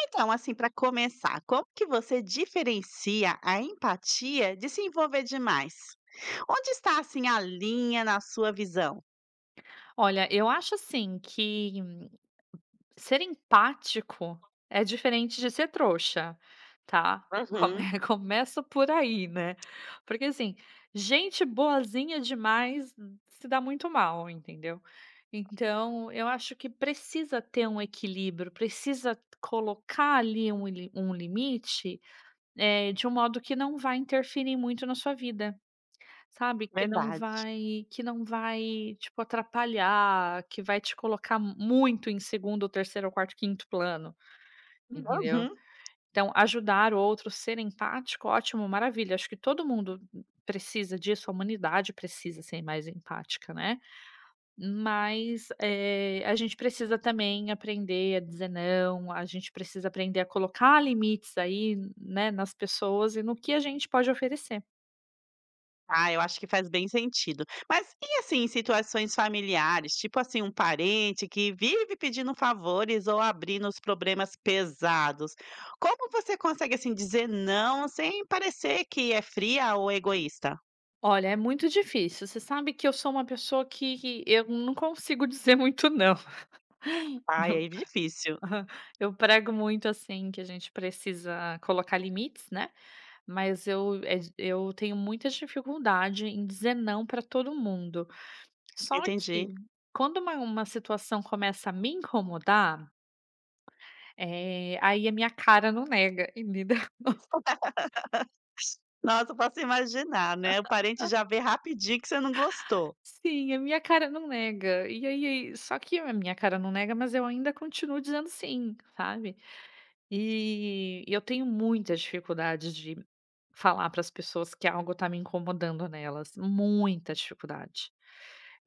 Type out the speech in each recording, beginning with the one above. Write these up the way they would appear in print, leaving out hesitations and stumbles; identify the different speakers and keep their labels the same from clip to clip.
Speaker 1: Então, assim, para começar, como que você diferencia a empatia de se envolver demais? Onde está, assim, a linha na sua visão?
Speaker 2: Olha, eu acho assim que ser empático é diferente de ser trouxa, tá. Come
Speaker 1: Uhum,
Speaker 2: Começa por aí, né. Porque assim, gente boazinha demais se dá muito mal, entendeu. Então eu acho que precisa ter um equilíbrio, precisa colocar ali um li um limite, de um modo que não vai interferir muito na sua vida. Sabe, que não
Speaker 1: verdade.
Speaker 2: vai que não vai, tipo, atrapalhar, que vai te colocar muito em segundo º terceiro º quarto quinto plano, entendeu.
Speaker 1: Uhum.
Speaker 2: Então ajudar o outro, ser empático, ótimo, maravilha, acho que todo mundo precisa disso, a humanidade precisa ser mais empática, né. Mas, a gente precisa também aprender a dizer não, a gente precisa aprender a colocar limites aí, né, nas pessoas e no que a gente pode oferecer.
Speaker 1: Ah, eu acho que faz bem sentido. Mas e assim, em situações familiares, tipo assim, um parente que vive pedindo favores ou abrindo os problemas pesados, como você consegue assim dizer não sem parecer que é fria ou egoísta?
Speaker 2: Olha, é muito difícil. Você sabe que eu sou uma pessoa que eu não consigo dizer muito não.
Speaker 1: Ai,
Speaker 2: Eu
Speaker 1: é difícil.
Speaker 2: Eu prego muito, assim, que a gente precisa colocar limites, né, mas eu tenho muita dificuldade em dizer não para todo mundo. Só
Speaker 1: Entendi.
Speaker 2: que quando uma situação começa a me incomodar, aí a minha cara não nega, entendeu?
Speaker 1: Nossa, eu posso imaginar, né, o parente já vê rapidinho que você não gostou.
Speaker 2: Sim, a minha cara não nega. E aí só que a minha cara não nega, mas eu ainda continuo dizendo sim, sabe? E eu tenho muita dificuldade de falar para as pessoas que algo está me incomodando nelas, muita dificuldade.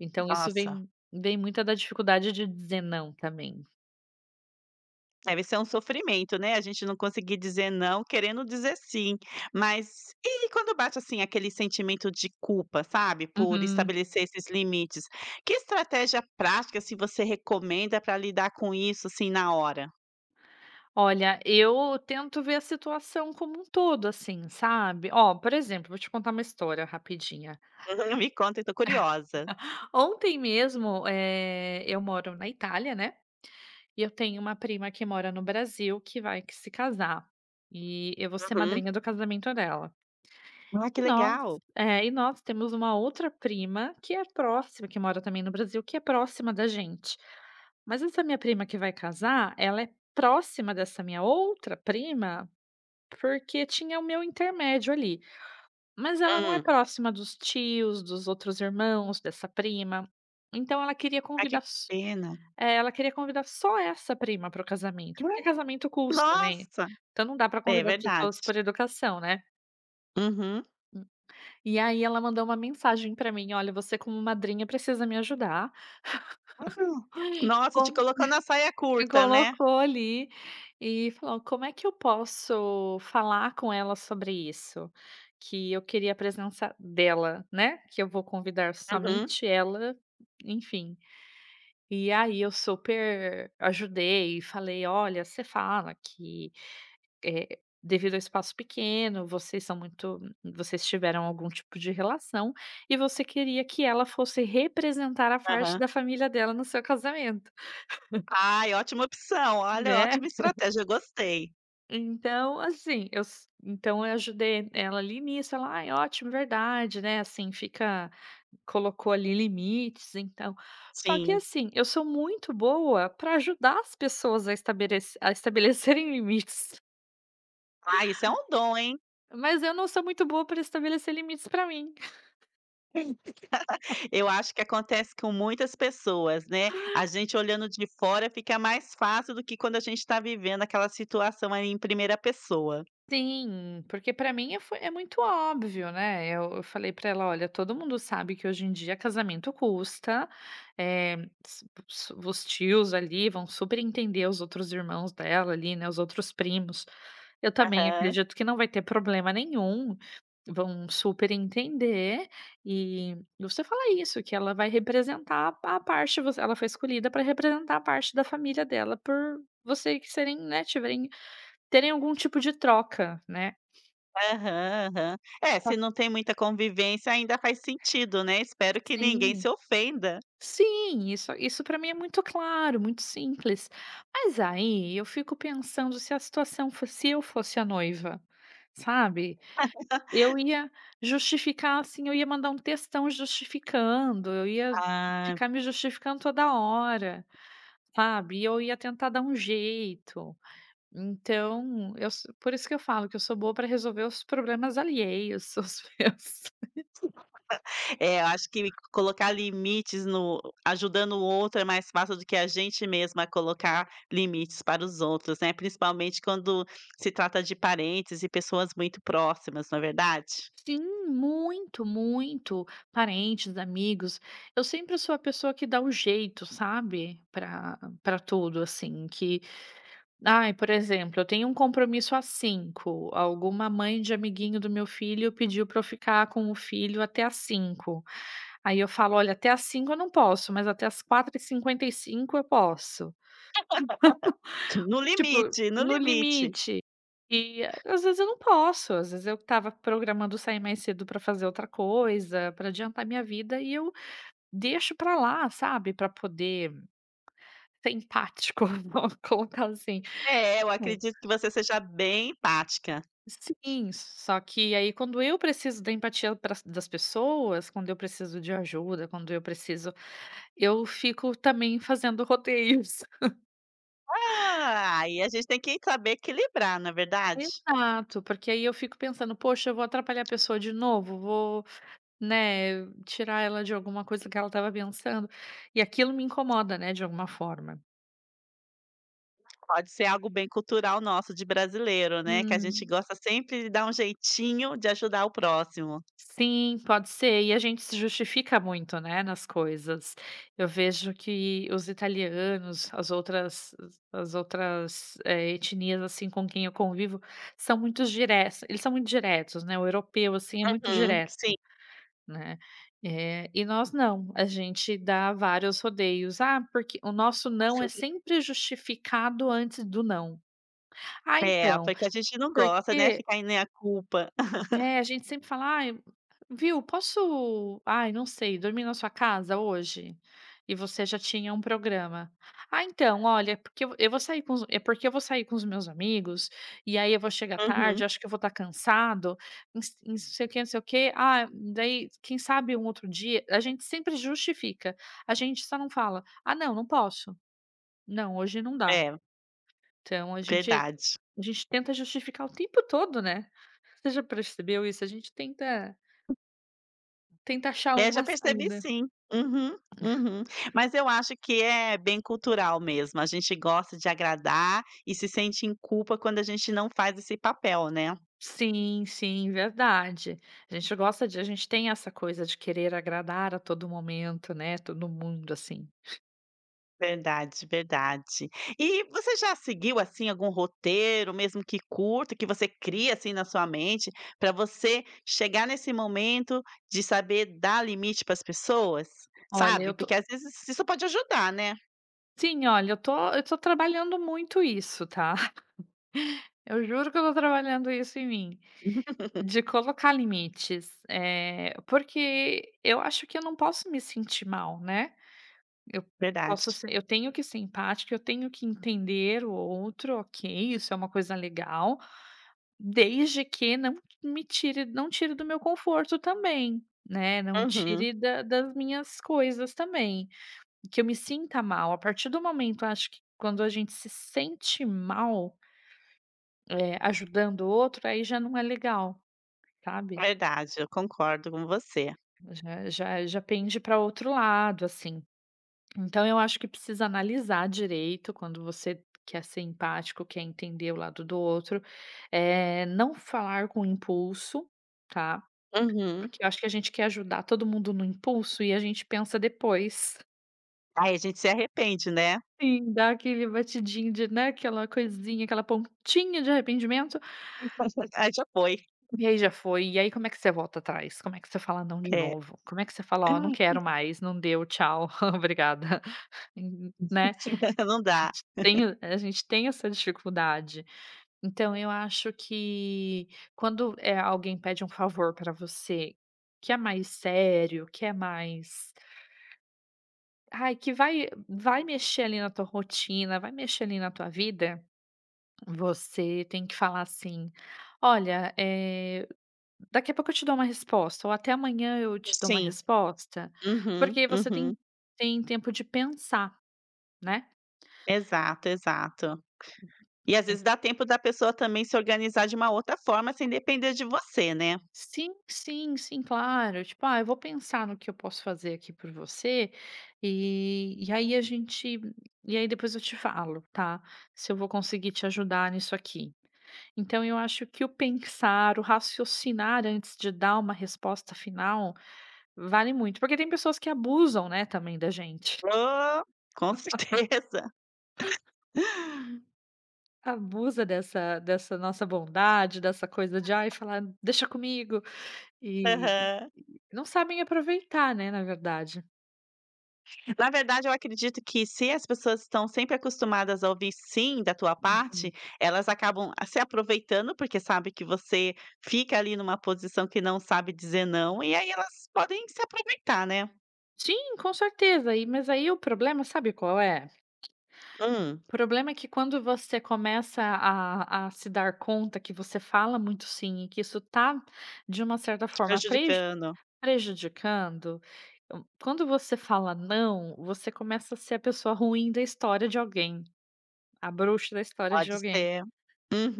Speaker 2: Então isso
Speaker 1: Nossa,
Speaker 2: vem muita da dificuldade de dizer não também.
Speaker 1: deve ser um sofrimento, né, a gente não conseguir dizer não querendo dizer sim. Mas e quando bate, assim, aquele sentimento de culpa, sabe, por
Speaker 2: Uhum.
Speaker 1: estabelecer esses limites, que estratégia prática, se você recomenda para lidar com isso, assim, na hora?
Speaker 2: Olha, eu tento ver a situação como um todo, assim, sabe. Ó, por exemplo, vou te contar uma história rapidinha.
Speaker 1: Uhum, me conta, eu tô curiosa.
Speaker 2: Ontem mesmo, eu moro na Itália, né, e eu tenho uma prima que mora no Brasil que se casar, e eu vou ser
Speaker 1: Uhum.
Speaker 2: madrinha do casamento dela.
Speaker 1: Ah, que
Speaker 2: E nós
Speaker 1: legal.
Speaker 2: e nós temos uma outra prima que é próxima, que mora também no Brasil, que é próxima da gente. Mas essa minha prima que vai casar, ela é próxima dessa minha outra prima, porque tinha o meu intermédio ali. Mas ela não é
Speaker 1: Hum.
Speaker 2: próxima dos tios, dos outros irmãos, dessa prima, então ela queria
Speaker 1: Ai, que pena.
Speaker 2: convidar só essa prima para o casamento, porque casamento custa, né,
Speaker 1: Nossa,
Speaker 2: então não dá para
Speaker 1: é
Speaker 2: convidar as
Speaker 1: verdade.
Speaker 2: pessoas por educação, né.
Speaker 1: Uhum.
Speaker 2: E aí ela mandou uma mensagem para mim: "Olha, você como madrinha precisa me ajudar."
Speaker 1: Hum. Nossa, te colocou na saia
Speaker 2: Me
Speaker 1: curta, né?
Speaker 2: colocou ali e falou: "Como é que eu posso falar com ela sobre isso? Que eu queria a presença dela, né, que eu vou convidar
Speaker 1: Uhum,
Speaker 2: somente ela, enfim." E aí eu super ajudei e falei: "Olha, você fala que, devido ao espaço pequeno, vocês são muito vocês tiveram algum tipo de relação e você queria que ela fosse representar a parte
Speaker 1: aham.
Speaker 2: da família dela no seu casamento,
Speaker 1: Ai, ótima opção. Olha,
Speaker 2: né."
Speaker 1: ótima estratégia, eu gostei.
Speaker 2: Então, assim, eu s então eu ajudei ela ali nisso, ela: "Ai, ótimo, verdade, né, assim, fica." Colocou ali limites, então só que
Speaker 1: Sim.
Speaker 2: assim, eu sou muito boa para ajudar as pessoas a estabelecerem limites,
Speaker 1: Ah, isso é um dom, hein.
Speaker 2: mas eu não sou muito boa para estabelecer limites para mim.
Speaker 1: Eu acho que acontece com muitas pessoas, né. A gente olhando de fora fica mais fácil do que quando a gente está vivendo aquela situação ali em primeira pessoa.
Speaker 2: Sim, porque pra mim é foi é muito óbvio, né, eu falei pra ela: "Olha, todo mundo sabe que hoje em dia casamento custa, eh, s s os tios ali vão super entender os outros irmãos dela ali, né, os outros primos. Eu também
Speaker 1: Aham.
Speaker 2: acredito que não vai ter problema nenhum, vão super entender." E você fala isso, que ela vai representar a parte você ela foi escolhida para representar a parte da família dela por você que serem, né, tiverem terem algum tipo de troca, né.
Speaker 1: Aham, aham. É,
Speaker 2: Só
Speaker 1: se
Speaker 2: que
Speaker 1: não tem muita convivência ainda faz sentido, né. Espero que ninguém
Speaker 2: sim,
Speaker 1: se ofenda.
Speaker 2: sim, isso para mim é muito claro, muito simples. Mas aí eu fico pensando se eu fosse a noiva, sabe, eu ia justificar, assim, eu ia mandar um textão justificando, eu ia
Speaker 1: Ah.
Speaker 2: ficar me justificando toda hora, sabe, e eu ia tentar dar um jeito. Então eu so por isso que eu falo que eu sou boa para resolver os problemas alheios, os meus.
Speaker 1: É, eu acho que colocar limites no ajudando o outro é mais fácil do que a gente mesma colocar limites para os outros, né, principalmente quando se trata de parentes e pessoas muito próximas, não é verdade?
Speaker 2: Sim, muito, muito. Parentes, amigos. Eu sempre sou a pessoa que dá o jeito, sabe? Pra tudo, assim. Que, ai, por exemplo, eu tenho um compromisso às 5. Alguma mãe de amiguinho do meu filho pediu pra eu ficar com o filho até às 5. Aí eu falo, olha, até às 5 eu não posso, mas até às 4:55 eu posso.
Speaker 1: No
Speaker 2: Tipo,
Speaker 1: limite, no
Speaker 2: no
Speaker 1: limite.
Speaker 2: limite. E às vezes eu não posso, às vezes eu estava programando sair mais cedo pra fazer outra coisa, pra adiantar minha vida e eu deixo pra lá, sabe, pra poder ser empático, vamos colocar assim.
Speaker 1: É, eu
Speaker 2: Hum.
Speaker 1: acredito que você seja bem empática.
Speaker 2: Sim, só que aí quando eu preciso da empatia pras das pessoas, quando eu preciso de ajuda, quando eu preciso eu fico também fazendo rodeios.
Speaker 1: Ah, aí a gente tem que saber equilibrar, não é verdade?
Speaker 2: Exato, porque aí eu fico pensando: "Poxa, eu vou atrapalhar a pessoa de novo, vou." Né, tirar ela de alguma coisa que ela estava pensando, e aquilo me incomoda, né, de alguma forma.
Speaker 1: Pode ser algo bem cultural nosso de brasileiro, né, que a gente
Speaker 2: Hum.
Speaker 1: gosta sempre de dar um jeitinho de ajudar o próximo.
Speaker 2: Sim, pode ser, e a gente se justifica muito, né, nas coisas. Eu vejo que os italianos, as outras etnias, assim, com quem eu convivo, são muito diretos eles são muito diretos, né, o europeu, assim, é muito
Speaker 1: Uhum, sim.
Speaker 2: direto. Né, e nós não, a gente dá vários rodeios. Ah, porque o nosso não é sempre justificado antes do não. Ah,
Speaker 1: É,
Speaker 2: então,
Speaker 1: porque a gente não gosta, né,
Speaker 2: porque
Speaker 1: ficar em meia culpa.
Speaker 2: a gente sempre fala: "Ai, viu, posso, ai, não sei, dormir na sua casa hoje?" E você já tinha um programa. "Ah, então, olha, é porque eu vou sair com os é porque eu vou sair com os meus amigos, e aí eu vou chegar
Speaker 1: Uhum.
Speaker 2: tarde, acho que eu vou estar cansado, não sei o quê, não sei o quê. Ah, daí, quem sabe um outro dia." A gente sempre justifica, a gente só não fala: "Ah, não, não posso. Não, hoje não dá."
Speaker 1: É,
Speaker 2: Então a gente
Speaker 1: verdade.
Speaker 2: a gente tenta justificar o tempo todo, né. Você já percebeu isso? A gente tenta achar
Speaker 1: É, já
Speaker 2: uma
Speaker 1: percebi
Speaker 2: saída.
Speaker 1: sim. Uhum, uhum. Mas eu acho que é bem cultural mesmo, a gente gosta de agradar e se sente em culpa quando a gente não faz esse papel, né?
Speaker 2: Sim, sim, verdade. A gente tem essa coisa de querer agradar a todo momento, né, todo mundo, assim.
Speaker 1: Verdade, verdade. E você já seguiu, assim, algum roteiro, mesmo que curto, que você cria, assim, na sua mente, para você chegar nesse momento de saber dar limite para as pessoas?
Speaker 2: Olha,
Speaker 1: Sabe,
Speaker 2: eu tô
Speaker 1: porque às vezes isso pode ajudar, né.
Speaker 2: Sim, olha, eu tô trabalhando muito isso, tá. Eu juro que eu tô trabalhando isso em mim, de colocar limites. É porque eu acho que eu não posso me sentir mal, né. Eu posso
Speaker 1: Verdade.
Speaker 2: ser eu tenho que ser empática, eu tenho que entender o outro, ok, isso é uma coisa legal. Desde que não me tire não tire do meu conforto também, né, não
Speaker 1: Uhum.
Speaker 2: tire da das minhas coisas também, que eu me sinta mal. A partir do momento, acho que quando a gente se sente mal, ajudando o outro, aí já não é legal, sabe.
Speaker 1: Verdade, eu concordo com você.
Speaker 2: Já pende para outro lado, assim. Então eu acho que precisa analisar direito quando você quer ser empático, quer entender o lado do outro, não falar com impulso, tá.
Speaker 1: Uhum.
Speaker 2: Porque eu acho que a gente quer ajudar todo mundo no impulso e a gente pensa depois.
Speaker 1: Aí a gente se arrepende, né.
Speaker 2: Sim. Dá aquele batidinho de, né, aquela coisinha, aquela pontinha de arrependimento,
Speaker 1: Aí já foi.
Speaker 2: e aí já foi. E aí como é que você volta atrás? Como é que você fala não de
Speaker 1: É.
Speaker 2: novo? Como é que você fala: "Ó, não quero mais, não deu, tchau, obrigada", e né.
Speaker 1: Não
Speaker 2: A
Speaker 1: dá.
Speaker 2: gente tem a gente tem essa dificuldade. Então eu acho que quando, alguém pede um favor para você, que é mais sério, que é mais Ai, que vai mexer ali na tua rotina, vai mexer ali na tua vida, você tem que falar assim: "Olha, daqui a pouco eu te dou uma resposta, ou até amanhã eu te dou uma
Speaker 1: Sim.
Speaker 2: resposta",
Speaker 1: Uhum,
Speaker 2: porque você
Speaker 1: uhum.
Speaker 2: tem tempo de pensar, né.
Speaker 1: Exato, exato. E às
Speaker 2: Tem
Speaker 1: vezes dá tempo da pessoa também se organizar de uma outra forma sem depender de você, né.
Speaker 2: Sim, sim, sim, claro. Tipo: "Ah, eu vou pensar no que eu posso fazer aqui por você, e aí a gente e aí depois eu te falo, tá, se eu vou conseguir te ajudar nisso aqui." Então eu acho que o pensar, o raciocinar antes de dar uma resposta final, vale muito, porque tem pessoas que abusam, né, também da gente.
Speaker 1: Oh, com certeza.
Speaker 2: Abusa dessa nossa bondade, dessa coisa de: "Ai, falar deixa comigo", e
Speaker 1: Aham.
Speaker 2: não sabem aproveitar, né, na verdade.
Speaker 1: Na verdade eu acredito que se as pessoas estão sempre acostumadas a ouvir "sim" da tua parte,
Speaker 2: Uhum.
Speaker 1: elas acabam a se aproveitando, porque sabe que você fica ali numa posição que não sabe dizer não, e aí elas podem se aproveitar, né.
Speaker 2: Sim, com certeza, mas aí o problema sabe qual é?
Speaker 1: Hum.
Speaker 2: O problema é que quando você começa a se dar conta que você fala muito "sim" e que isso tá, de uma certa
Speaker 1: Te
Speaker 2: forma, preju
Speaker 1: prejudicando,
Speaker 2: Prejudicando, hum, quando você fala "não", você começa a ser a pessoa ruim da história de alguém, a bruxa da história de
Speaker 1: pode
Speaker 2: alguém,
Speaker 1: ser.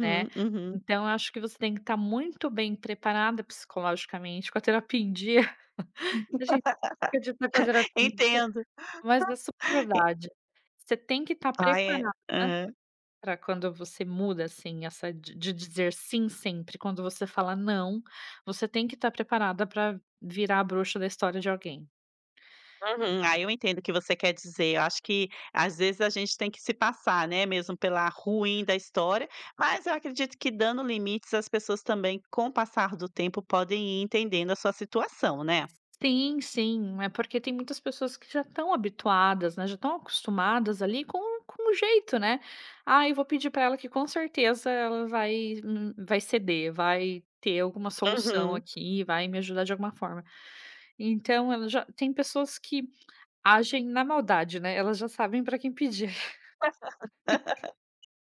Speaker 2: né.
Speaker 1: uhum.
Speaker 2: Então eu acho que você tem que estar muito bem preparada psicologicamente, com a terapia em dia. A gente fica de estar com a terapia em dia,
Speaker 1: Entendo.
Speaker 2: mas é super
Speaker 1: E
Speaker 2: verdade. Você tem que estar
Speaker 1: ah, é.
Speaker 2: preparada
Speaker 1: Aham.
Speaker 2: para quando você muda, assim, essa de dizer "sim" sempre, quando você fala "não", você tem que estar preparada para virar a bruxa da história de alguém.
Speaker 1: Uhum. Ah, eu entendo o que você quer dizer. Eu acho que às vezes a gente tem que se passar, né, mesmo pela ruim da história, mas eu acredito que dando limites as pessoas também, com o passar do tempo, podem ir entendendo a sua situação, né.
Speaker 2: Sim, sim, é porque tem muitas pessoas que já estão habituadas, né, já estão acostumadas ali com o jeito, né. "Ah, eu vou pedir para ela que com certeza ela vai ceder, vai ter alguma solução
Speaker 1: Uhum.
Speaker 2: aqui, vai me ajudar de alguma forma." Então ela já tem pessoas que agem na maldade, né, elas já sabem para quem pedir.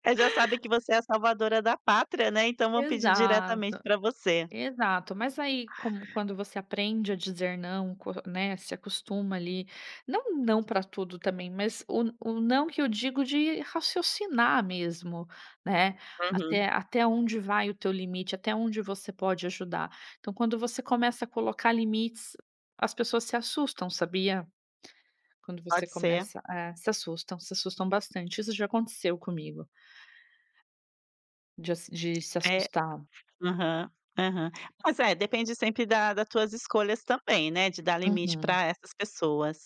Speaker 1: Elas já sabem que você é a salvadora da pátria, né, então vão pedir diretamente
Speaker 2: Exato.
Speaker 1: pra você.
Speaker 2: Exato, mas aí como quando você aprende a dizer não, co né, se acostuma ali, não para tudo também, mas o não que eu digo de raciocinar mesmo, né, até
Speaker 1: Uhum.
Speaker 2: até onde vai o teu limite, até onde você pode ajudar. Então quando você começa a colocar limites, as pessoas se assustam, sabia? Quando você
Speaker 1: Pode ser.
Speaker 2: começa se assustam, se assustam bastante. Isso já aconteceu comigo, de se
Speaker 1: É.
Speaker 2: assustar.
Speaker 1: Aham, aham. Mas é, depende sempre da das tuas escolhas também, né, de dar limite
Speaker 2: Uhum.
Speaker 1: para essas pessoas.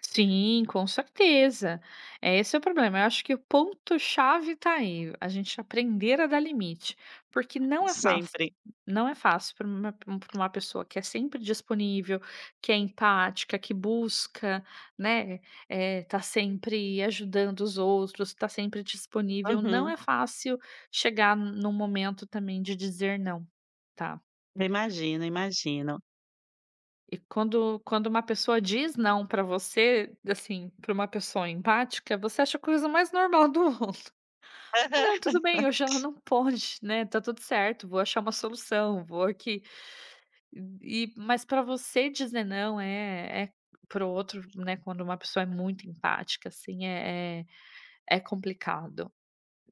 Speaker 2: Sim, com certeza. Esse é o problema. Eu acho que o ponto chave está aí, a gente aprender a dar limite, porque não é fácil.
Speaker 1: Sempre.
Speaker 2: Não é fácil para uma pessoa que é sempre disponível, que é empática, que busca, né, tá sempre ajudando os outros, tá sempre disponível. Não
Speaker 1: Uhum.
Speaker 2: é fácil chegar num momento também de dizer não, tá?
Speaker 1: Imagino, imagino.
Speaker 2: E quando uma pessoa diz "não" pra você, assim, pra uma pessoa empática, você acha a coisa mais normal do mundo. "Ah,
Speaker 1: Aham.
Speaker 2: não, tudo bem, hoje ela não pode, né, tá tudo certo, vou achar uma solução, vou aqui." Mas pra você dizer "não" é para o outro, né, quando uma pessoa é muito empática, assim, é complicado.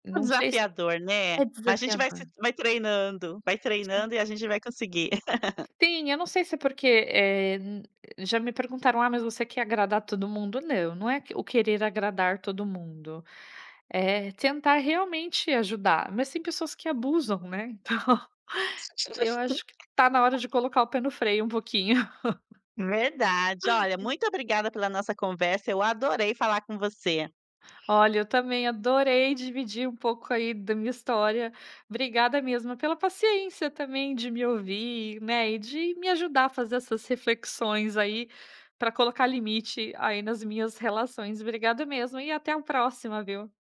Speaker 2: Não sei se
Speaker 1: Desafiador, né.
Speaker 2: é
Speaker 1: Mas a gente vai se
Speaker 2: desafiador.
Speaker 1: vai treinando, vai treinando e a gente vai conseguir.
Speaker 2: Sim, eu não sei se é porque, eh, n já me perguntaram: "Ah, mas você quer agradar todo mundo?" Não, não é o querer agradar todo mundo, é tentar realmente ajudar, mas tem pessoas que abusam, né, então eu acho que tá na hora de colocar o pé no freio um pouquinho.
Speaker 1: Verdade. Olha, muito obrigada pela nossa conversa, eu adorei falar com você.
Speaker 2: Olha, eu também adorei dividir um pouco aí da minha história. Obrigada mesmo pela paciência também de me ouvir, né, e de me ajudar a fazer essas reflexões aí para colocar limite aí nas minhas relações. Obrigada mesmo e até a próxima, viu?